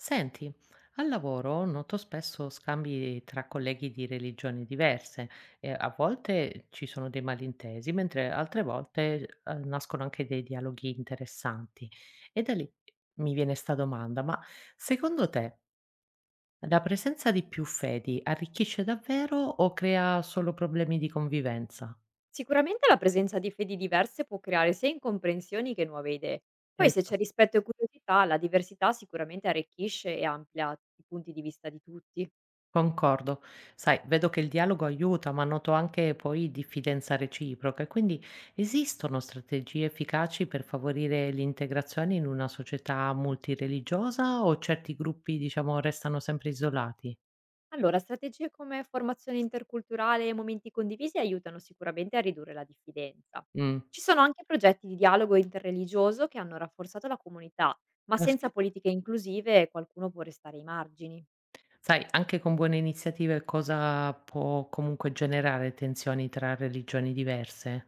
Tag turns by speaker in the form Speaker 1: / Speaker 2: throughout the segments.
Speaker 1: Senti, al lavoro noto spesso scambi tra colleghi di religioni diverse e a volte ci sono dei malintesi, mentre altre volte nascono anche dei dialoghi interessanti. E da lì mi viene sta domanda, ma secondo te la presenza di più fedi arricchisce davvero o crea solo problemi di convivenza?
Speaker 2: Sicuramente la presenza di fedi diverse può creare sia incomprensioni che nuove idee. Poi
Speaker 1: Eh,
Speaker 2: se c'è rispetto e curiosità, la diversità sicuramente arricchisce e amplia i punti di vista di tutti.
Speaker 1: Concordo. Sai, vedo che il dialogo aiuta, ma noto anche poi diffidenza reciproca. E quindi esistono strategie efficaci per favorire l'integrazione in una società multireligiosa o certi gruppi, diciamo, restano sempre isolati?
Speaker 2: Allora, strategie come formazione interculturale e momenti condivisi aiutano sicuramente a ridurre la diffidenza.
Speaker 1: Mm.
Speaker 2: Ci sono anche progetti di dialogo interreligioso che hanno rafforzato la comunità, ma
Speaker 1: Ah,
Speaker 2: senza
Speaker 1: sì?
Speaker 2: politiche inclusive qualcuno può restare ai margini.
Speaker 1: Sai, anche con buone iniziative cosa può comunque generare tensioni tra religioni diverse?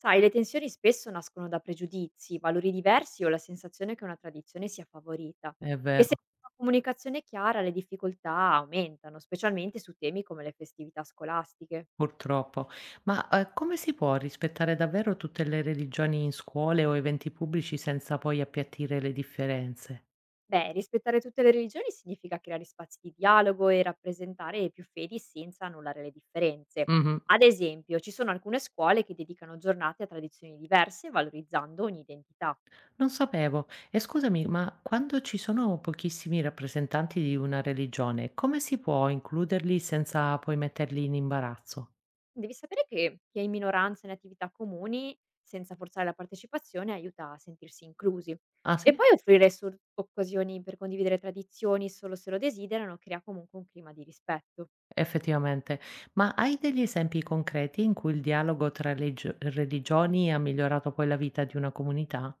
Speaker 2: Sai, le tensioni spesso nascono da pregiudizi, valori diversi o la sensazione che una tradizione sia favorita.
Speaker 1: È
Speaker 2: E se
Speaker 1: vero.
Speaker 2: non c'è una comunicazione chiara, le difficoltà aumentano, specialmente su temi come le festività scolastiche.
Speaker 1: Purtroppo. Ma, come si può rispettare davvero tutte le religioni in scuole o eventi pubblici senza poi appiattire le differenze?
Speaker 2: Beh, rispettare tutte le religioni significa creare spazi di dialogo e rappresentare i più fedi senza annullare le differenze.
Speaker 1: Mh-mh.
Speaker 2: Ad esempio, ci sono alcune scuole che dedicano giornate a tradizioni diverse, valorizzando ogni identità.
Speaker 1: Non sapevo. E scusami, ma quando ci sono pochissimi rappresentanti di una religione, come si può includerli senza poi metterli in imbarazzo?
Speaker 2: Devi sapere che chi è in minoranza in attività comuni, senza forzare la partecipazione, aiuta a sentirsi inclusi.
Speaker 1: Ah,
Speaker 2: E
Speaker 1: sì?
Speaker 2: poi offrire occasioni per condividere tradizioni solo se lo desiderano crea comunque un clima di rispetto.
Speaker 1: Effettivamente. Ma hai degli esempi concreti in cui il dialogo tra legio religioni ha migliorato poi la vita di una comunità?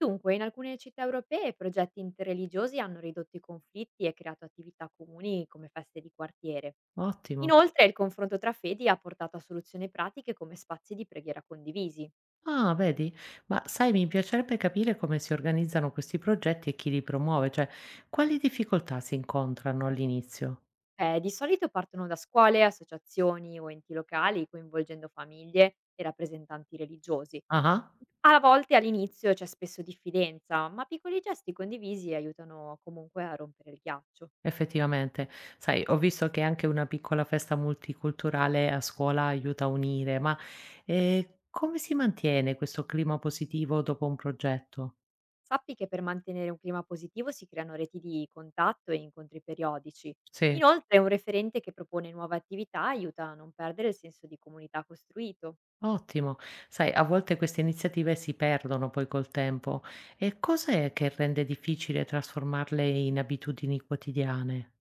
Speaker 2: Dunque, in alcune città europee progetti interreligiosi hanno ridotto i conflitti e creato attività comuni come feste di quartiere.
Speaker 1: Ottimo.
Speaker 2: Inoltre, il confronto tra fedi ha portato a soluzioni pratiche come spazi di preghiera condivisi.
Speaker 1: Ah, vedi? Ma sai, mi piacerebbe capire come si organizzano questi progetti e chi li promuove, cioè quali difficoltà si incontrano all'inizio?
Speaker 2: Beh, di solito partono da scuole, associazioni o enti locali, coinvolgendo famiglie e rappresentanti religiosi.
Speaker 1: Ah,
Speaker 2: A volte all'inizio c'è spesso diffidenza, ma piccoli gesti condivisi aiutano comunque a rompere il ghiaccio.
Speaker 1: effettivamente. Sai, ho visto che anche una piccola festa multiculturale a scuola aiuta a unire, ma come si mantiene questo clima positivo dopo un progetto?
Speaker 2: Sappi che per mantenere un clima positivo si creano reti di contatto e incontri periodici.
Speaker 1: Sì,
Speaker 2: Inoltre, un referente che propone nuove attività aiuta a non perdere il senso di comunità costruito.
Speaker 1: ottimo. Sai, a volte queste iniziative si perdono poi col tempo. E cos'è che rende difficile trasformarle in abitudini quotidiane?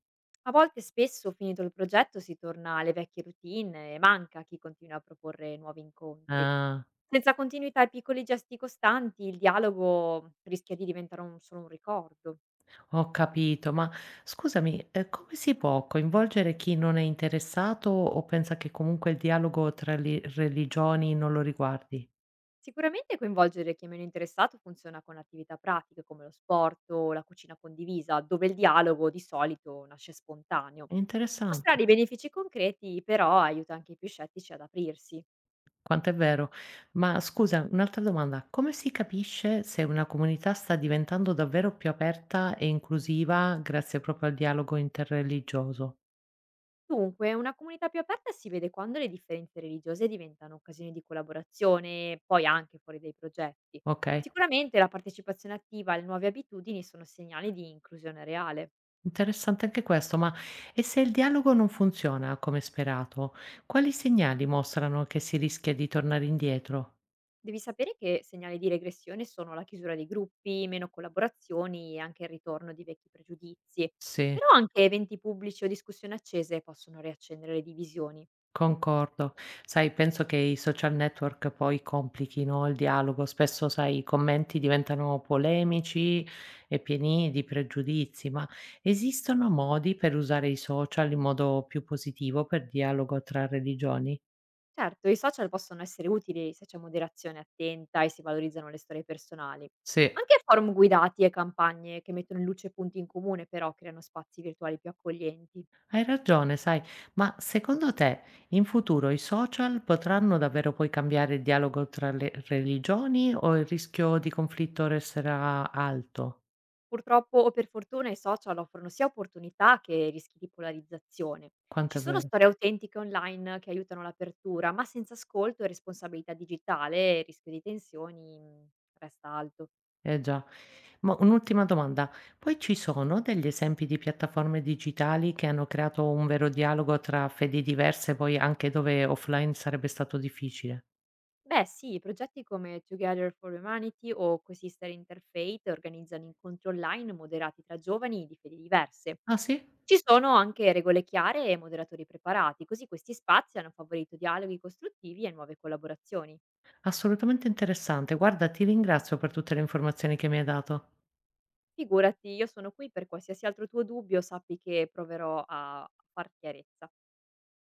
Speaker 2: A volte spesso, finito il progetto, si torna alle vecchie routine e manca chi continua a proporre nuovi incontri.
Speaker 1: Ah,
Speaker 2: Senza continuità e piccoli gesti costanti, il dialogo rischia di diventare solo un ricordo.
Speaker 1: ho capito, ma scusami, come si può coinvolgere chi non è interessato o pensa che comunque il dialogo tra li religioni non lo riguardi?
Speaker 2: Sicuramente coinvolgere chi è meno interessato funziona con attività pratiche come lo sport o la cucina condivisa, dove il dialogo di solito nasce spontaneo.
Speaker 1: È interessante,
Speaker 2: Mostrare i benefici concreti però aiuta anche i più scettici ad aprirsi.
Speaker 1: quanto è vero. Ma scusa, un'altra domanda, come si capisce se una comunità sta diventando davvero più aperta e inclusiva grazie proprio al dialogo interreligioso?
Speaker 2: Dunque, una comunità più aperta si vede quando le differenze religiose diventano occasioni di collaborazione, poi anche fuori dai progetti.
Speaker 1: Okay.
Speaker 2: Sicuramente la partecipazione attiva alle nuove abitudini sono segnali di inclusione reale.
Speaker 1: Interessante anche questo, ma e se il dialogo non funziona come sperato, quali segnali mostrano che si rischia di tornare indietro?
Speaker 2: Devi sapere che segnali di regressione sono la chiusura dei gruppi, meno collaborazioni e anche il ritorno di vecchi pregiudizi.
Speaker 1: Sì,
Speaker 2: Però anche eventi pubblici o discussioni accese possono riaccendere le divisioni.
Speaker 1: concordo. Sai, penso che i social network poi complichino il dialogo, spesso, sai, i commenti diventano polemici e pieni di pregiudizi, ma esistono modi per usare i social in modo più positivo per dialogo tra religioni?
Speaker 2: Certo, i social possono essere utili se c'è moderazione attenta e si valorizzano le storie personali.
Speaker 1: Sì.
Speaker 2: Anche forum guidati e campagne che mettono in luce punti in comune però creano spazi virtuali più accoglienti.
Speaker 1: Hai ragione, sai, ma secondo te in futuro i social potranno davvero poi cambiare il dialogo tra le religioni o il rischio di conflitto resterà alto?
Speaker 2: Purtroppo o per fortuna i social offrono sia opportunità che rischi di polarizzazione. Ci
Speaker 1: Quanto è
Speaker 2: sono
Speaker 1: vero?
Speaker 2: storie autentiche online che aiutano l'apertura, ma senza ascolto e responsabilità digitale il rischio di tensioni resta alto.
Speaker 1: Eh già. Ma un'ultima domanda, poi ci sono degli esempi di piattaforme digitali che hanno creato un vero dialogo tra fedi diverse, poi anche dove offline sarebbe stato difficile?
Speaker 2: Beh sì, progetti come Together for Humanity o Coesister Interfaith organizzano incontri online moderati tra giovani di fedi diverse.
Speaker 1: Ah, sì?
Speaker 2: Ci sono anche regole chiare e moderatori preparati, così questi spazi hanno favorito dialoghi costruttivi e nuove collaborazioni.
Speaker 1: Assolutamente interessante. Guarda, ti ringrazio per tutte le informazioni che mi hai dato.
Speaker 2: Figurati, io sono qui per qualsiasi altro tuo dubbio, sappi che proverò a far chiarezza.